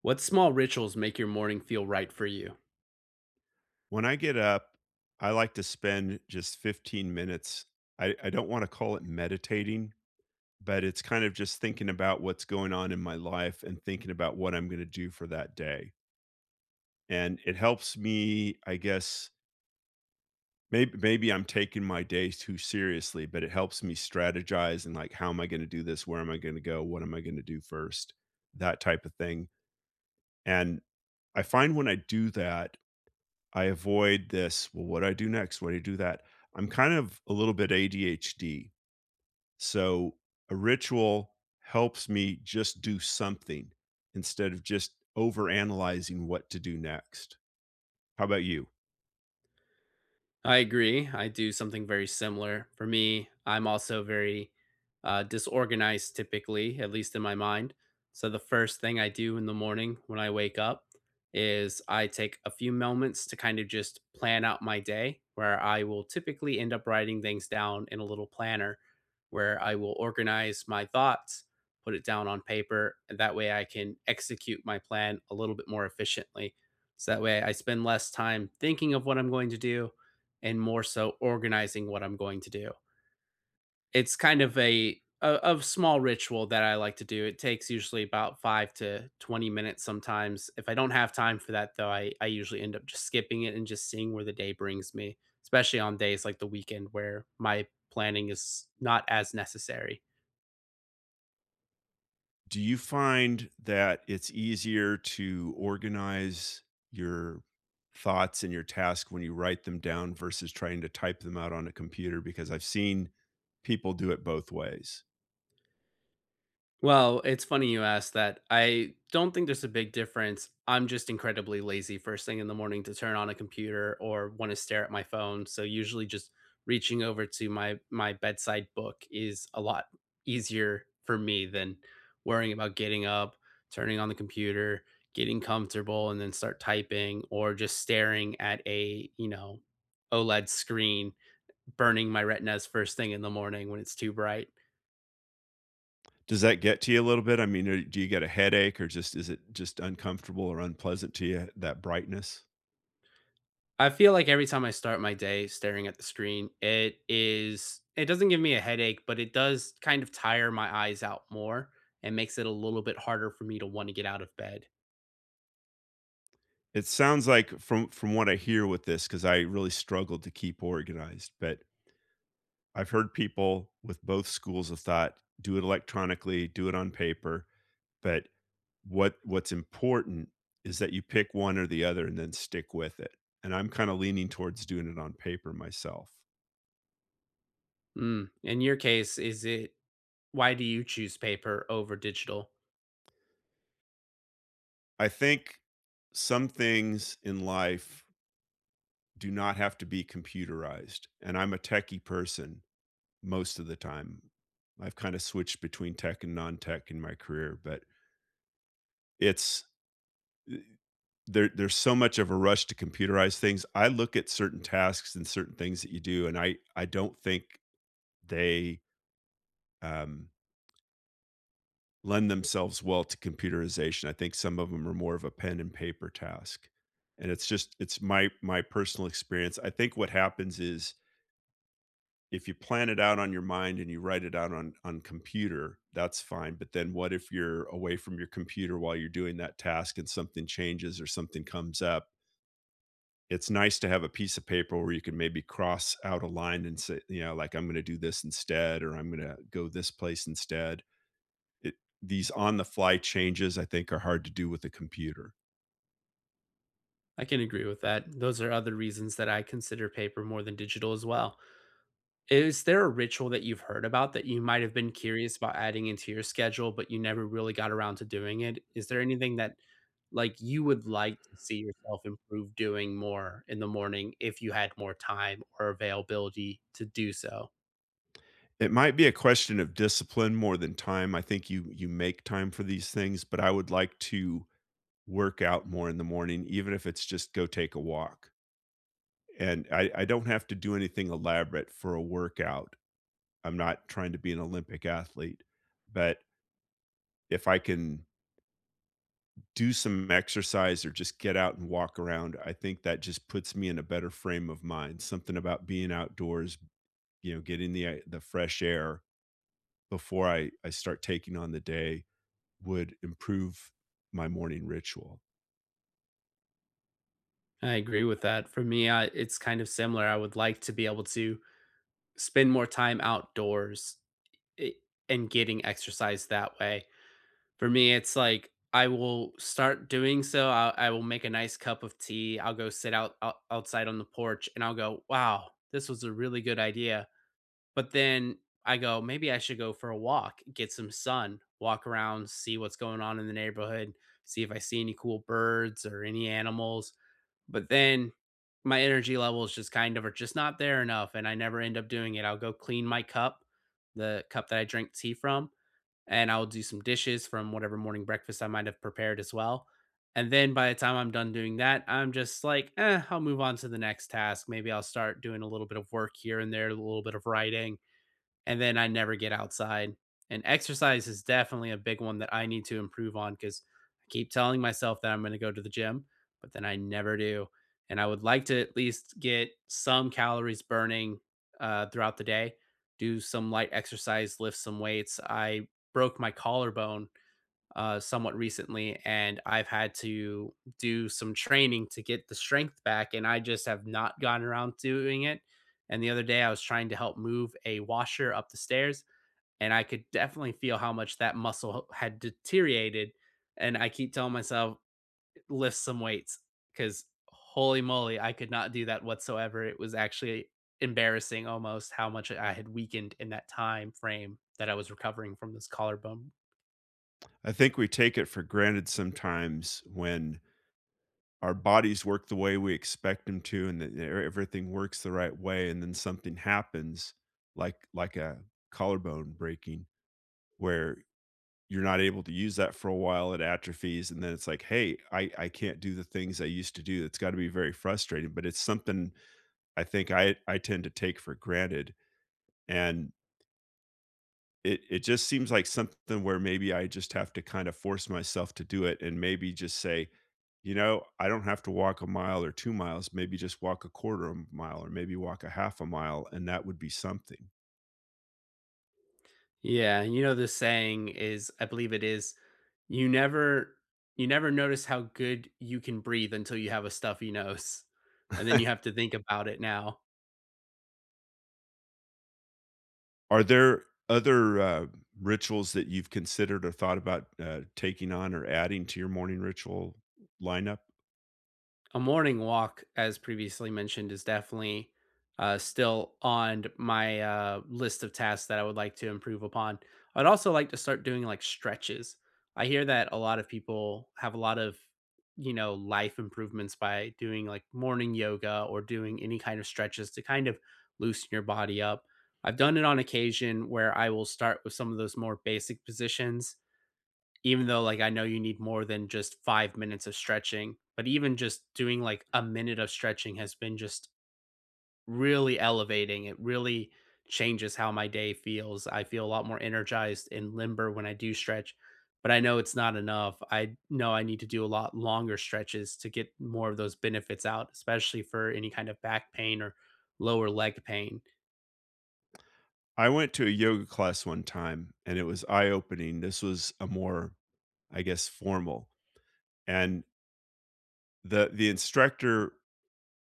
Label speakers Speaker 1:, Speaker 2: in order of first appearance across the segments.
Speaker 1: What small rituals make your morning feel right for you?
Speaker 2: When I get up, I like to spend just 15 minutes. I don't want to call it meditating, but it's kind of just thinking about what's going on in my life and thinking about what I'm going to do for that day. And it helps me, I guess, maybe I'm taking my day too seriously, but it helps me strategize and like how am I going to do this? Where am I going to go? What am I going to do first? That type of thing. And I find when I do that, I avoid this, "Well, what do I do next? What do I do that?" I'm kind of a little bit ADHD, so a ritual helps me just do something instead of just overanalyzing what to do next. How about you?
Speaker 1: I agree. I do something very similar. For me, I'm also very disorganized typically, at least in my mind. So the first thing I do in the morning when I wake up is I take a few moments to kind of just plan out my day, where I will typically end up writing things down in a little planner where I will organize my thoughts, put it down on paper, and that way I can execute my plan a little bit more efficiently. So that way I spend less time thinking of what I'm going to do and more so organizing what I'm going to do. It's kind of a small ritual that I like to do. It takes usually about 5 to 20 minutes sometimes. If I don't have time for that, though, I usually end up just skipping it and just seeing where the day brings me, especially on days like the weekend where my planning is not as necessary.
Speaker 2: Do you find that it's easier to organize your thoughts and your task when you write them down versus trying to type them out on a computer? Because I've seen people do it both ways.
Speaker 1: Well, it's funny you asked that. I don't think there's a big difference. I'm just incredibly lazy first thing in the morning to turn on a computer or want to stare at my phone. So usually just reaching over to my bedside book is a lot easier for me than worrying about getting up, turning on the computer, getting comfortable and then start typing or just staring at a OLED screen, burning my retinas first thing in the morning when it's too bright.
Speaker 2: Does that get to you a little bit? I mean, or do you get a headache or just is it just uncomfortable or unpleasant to you, that brightness?
Speaker 1: I feel like every time I start my day staring at the screen, it doesn't give me a headache, but it does kind of tire my eyes out more and makes it a little bit harder for me to want to get out of bed.
Speaker 2: It sounds like from what I hear with this, because I really struggled to keep organized, but I've heard people with both schools of thought do it electronically, do it on paper, but what's important is that you pick one or the other and then stick with it. And I'm kind of leaning towards doing it on paper myself.
Speaker 1: Mm. In your case, is it why do you choose paper over digital?
Speaker 2: I think some things in life do not have to be computerized. And I'm a techie person most of the time. I've kind of switched between tech and non-tech in my career, but it's eh, there's so much of a rush to computerize things. I look at certain tasks and certain things that you do and I don't think they um lend themselves well to computerization. I think some of them are more of a pen and paper task. And it's just it's my personal experience. I think what happens is if you plan it out on your mind and you write it out on computer, that's fine. But then what if you're away from your computer while you're doing that task and something changes or something comes up? It's nice to have a piece of paper where you can maybe cross out a line and say, you know, like I'm going to do this instead or I'm going to go this place instead. It, these on the fly changes I think are hard to do with a computer.
Speaker 1: I can agree with that. Those are other reasons that I consider paper more than digital as well. Is there a ritual that you've heard about that you might have been curious about adding into your schedule, but you never really got around to doing it? Is there anything that like you would like to see yourself improve doing more in the morning if you had more time or availability to do so?
Speaker 2: It might be a question of discipline more than time. I think you make time for these things, but I would like to work out more in the morning, even if it's just go take a walk. And I don't have to do anything elaborate for a workout. I'm not trying to be an Olympic athlete, but if I can do some exercise or just get out and walk around. I think that just puts me in a better frame of mind. Something about being outdoors, you know, getting the fresh air before I start taking on the day would improve my morning ritual.
Speaker 1: I agree with that. For me, it's kind of similar. I would like to be able to spend more time outdoors i- and getting exercise that way. For me, it's like I will start doing so. I will make a nice cup of tea. I'll go sit out outside on the porch, and I'll go, "Wow, this was a really good idea." But then I go, maybe I should go for a walk, get some sun, walk around, see what's going on in the neighborhood, see if I see any cool birds or any animals. But then my energy levels just kind of are just not there enough, and I never end up doing it. I'll go clean my cup, the cup that I drink tea from, and I'll do some dishes from whatever morning breakfast I might have prepared as well. And then by the time I'm done doing that, I'm just like, eh, I'll move on to the next task. Maybe I'll start doing a little bit of work here and there, a little bit of writing, and then I never get outside. And exercise is definitely a big one that I need to improve on because I keep telling myself that I'm going to go to the gym, but then I never do. And I would like to at least get some calories burning throughout the day, do some light exercise, lift some weights. I broke my collarbone somewhat recently, and I've had to do some training to get the strength back, and I just have not gotten around doing it. And the other day, I was trying to help move a washer up the stairs, and I could definitely feel how much that muscle had deteriorated. And I keep telling myself, lift some weights, because holy moly, I could not do that whatsoever. It was actually embarrassing almost how much I had weakened in that time frame that I was recovering from this collarbone.
Speaker 2: I think we take it for granted sometimes when our bodies work the way we expect them to and that everything works the right way and then something happens like a collarbone breaking where you're not able to use that for a while it atrophies and then it's like hey I can't do the things I used to do. It's got to be very frustrating, but it's something I think I tend to take for granted. And it just seems like something where maybe I just have to kind of force myself to do it and maybe just say you know I don't have to walk a mile or 2 miles, maybe just walk a quarter of a mile or maybe walk a half a mile, and that would be something.
Speaker 1: Yeah, you know the saying is I believe it is you never you never notice how good you can breathe until you have a stuffy nose. And then you have to think about it now.
Speaker 2: Are there other rituals that you've considered or thought about taking on or adding to your morning ritual lineup?
Speaker 1: A morning walk, as previously mentioned, is definitely still on my list of tasks that I would like to improve upon. I'd also like to start doing like stretches. I hear that a lot of people have a lot of, you know, life improvements by doing like morning yoga or doing any kind of stretches to kind of loosen your body up. I've done it on occasion where I will start with some of those more basic positions even though, like, I know you need more than just 5 minutes of stretching, but even just doing, like, a minute of stretching has been just really elevating. It really changes how my day feels. I feel a lot more energized and limber when I do stretch, but I know it's not enough. I know I need to do a lot longer stretches to get more of those benefits out, especially for any kind of back pain or lower leg pain.
Speaker 2: I went to a yoga class one time and it was eye opening. This was a more, I guess, formal. And the instructor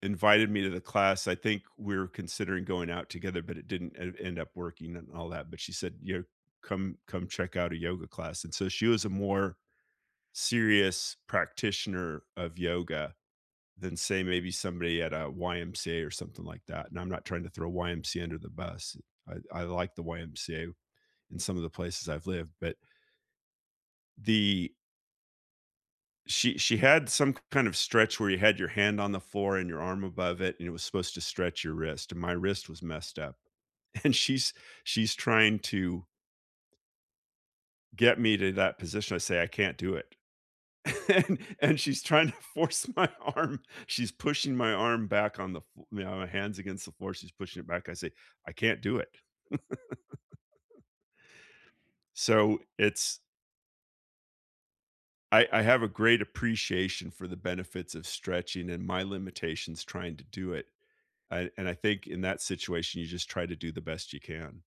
Speaker 2: invited me to the class. I think we were considering going out together, but it didn't end up working and all that. But she said, you know, come check out a yoga class. And so she was a more serious practitioner of yoga than say maybe somebody at a YMCA or something like that. And I'm not trying to throw YMCA under the bus. I like the YMCA in some of the places I've lived, but the she had some kind of stretch where you had your hand on the floor and your arm above it, and it was supposed to stretch your wrist. And my wrist was messed up, and she's trying to get me to that position. I say I can't do it. And she's trying to force my arm. She's pushing my arm back on the you know, my hands against the floor. She's pushing it back. I say, I can't do it. So it's I have a great appreciation for the benefits of stretching and my limitations trying to do it. And I think in that situation, you just try to do the best you can.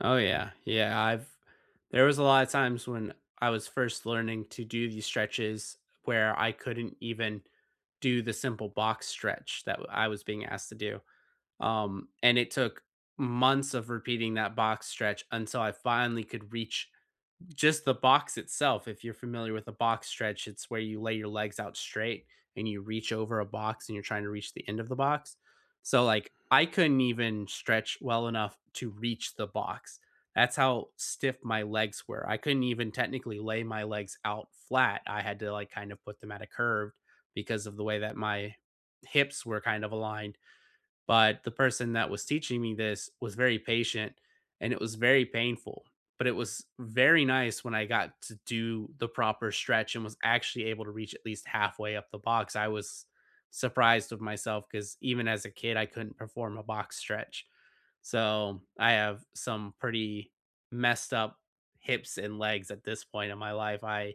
Speaker 1: Oh yeah. Yeah, I've there was a lot of times when I was first learning to do these stretches where I couldn't even do the simple box stretch that I was being asked to do. And it took months of repeating that box stretch until I finally could reach just the box itself. If you're familiar with a box stretch, it's where you lay your legs out straight and you reach over a box and you're trying to reach the end of the box. So like I couldn't even stretch well enough to reach the box. That's how stiff my legs were. I couldn't even technically lay my legs out flat. I had to like kind of put them at a curve because of the way that my hips were kind of aligned. But the person that was teaching me this was very patient, and it was very painful. But it was very nice when I got to do the proper stretch and was actually able to reach at least halfway up the box. I was surprised with myself because even as a kid, I couldn't perform a box stretch. So I have some pretty messed up hips and legs at this point in my life. I,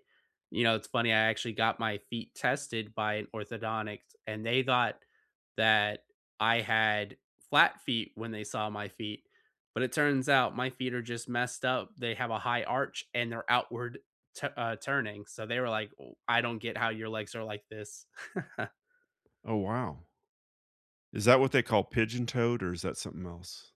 Speaker 1: you know, it's funny. I actually got my feet tested by an orthodontist, and they thought that I had flat feet when they saw my feet, but it turns out my feet are just messed up. They have a high arch and they're outward tu turning. So they were like, "Oh, I don't get how your legs are like this."
Speaker 2: Oh wow. Is that what they call pigeon toed, or is that something else?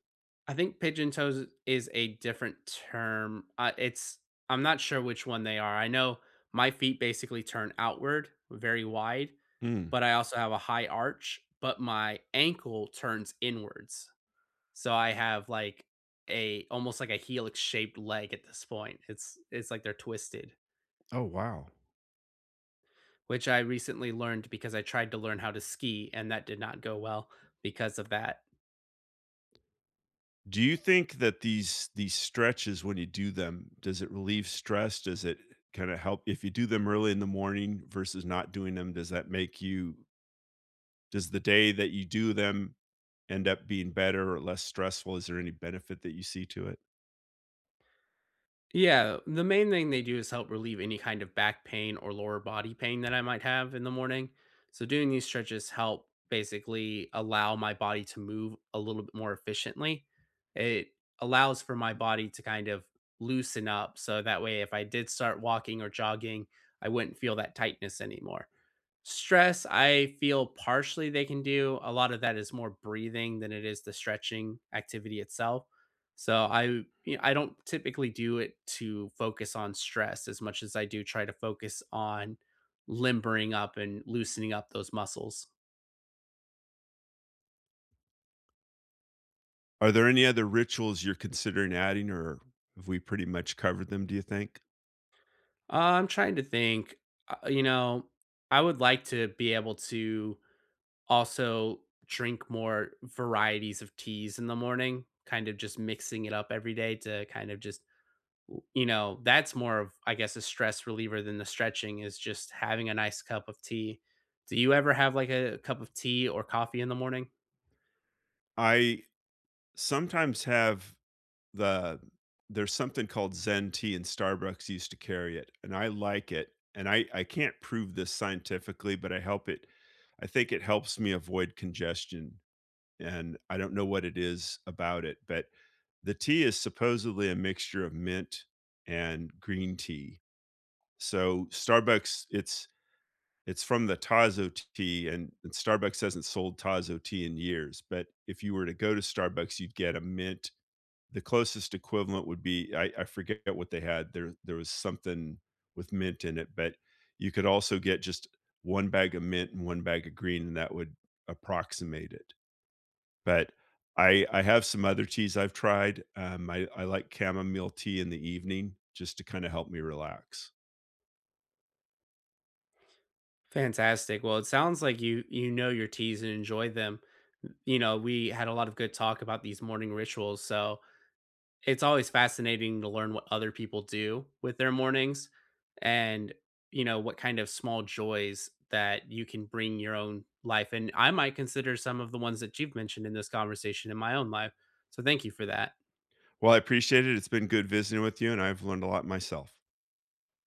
Speaker 1: I think pigeon toes is a different term. I'm not sure which one they are. I know my feet basically turn outward very wide,
Speaker 2: Mm.
Speaker 1: but I also have a high arch, but my ankle turns inwards. So I have like a almost like a helix shaped leg at this point. It's like they're twisted,
Speaker 2: Oh, wow.
Speaker 1: which I recently learned because I tried to learn how to ski and that did not go well because of that.
Speaker 2: Do you think that these stretches, when you do them, does it relieve stress? Does it kind of help if you do them early in the morning versus not doing them? Does that make you? Does the day that you do them end up being better or less stressful? Is there any benefit that you see to it?
Speaker 1: Yeah, the main thing they do is help relieve any kind of back pain or lower body pain that I might have in the morning. So doing these stretches help basically allow my body to move a little bit more efficiently. It allows for my body to kind of loosen up so that way if I did start walking or jogging, I wouldn't feel that tightness anymore. Stress, I feel partially they can do. A lot of that is more breathing than it is the stretching activity itself. So I you know, I don't typically do it to focus on stress as much as I do try to focus on limbering up and loosening up those muscles.
Speaker 2: Are there any other rituals you're considering adding, or have we pretty much covered them? Do you think?
Speaker 1: I'm trying to think, uh, you know, I would like to be able to also drink more varieties of teas in the morning, kind of just mixing it up every day to kind of just. That's more of, I guess, a stress reliever than the stretching is just having a nice cup of tea. Do you ever have like a cup of tea or coffee in the morning?
Speaker 2: I sometimes have the there's something called Zen tea, and Starbucks used to carry it, and I like it, and I can't prove this scientifically, but I help it I think it helps me avoid congestion, and I don't know what it is about it, but the tea is supposedly a mixture of mint and green tea. So Starbucks, it's from the Tazo tea, and Starbucks hasn't sold Tazo tea in years, but if you were to go to Starbucks, you'd get a mint. The closest equivalent would be I forget what they had. There was something with mint in it, but you could also get just 1 bag of mint and 1 bag of green, and that would approximate it. But I have some other teas I've tried. I like chamomile tea in the evening just to kinda help me relax.
Speaker 1: Fantastic. Well, it sounds like you know your teas and enjoy them. You know, we had a lot of good talk about these morning rituals, so it's always fascinating to learn what other people do with their mornings and what kind of small joys that you can bring your own life. And I might consider some of the ones that you've mentioned in this conversation in my own life, so thank you for that.
Speaker 2: Well, I appreciate it. It's been good visiting with you, and I've learned a lot myself.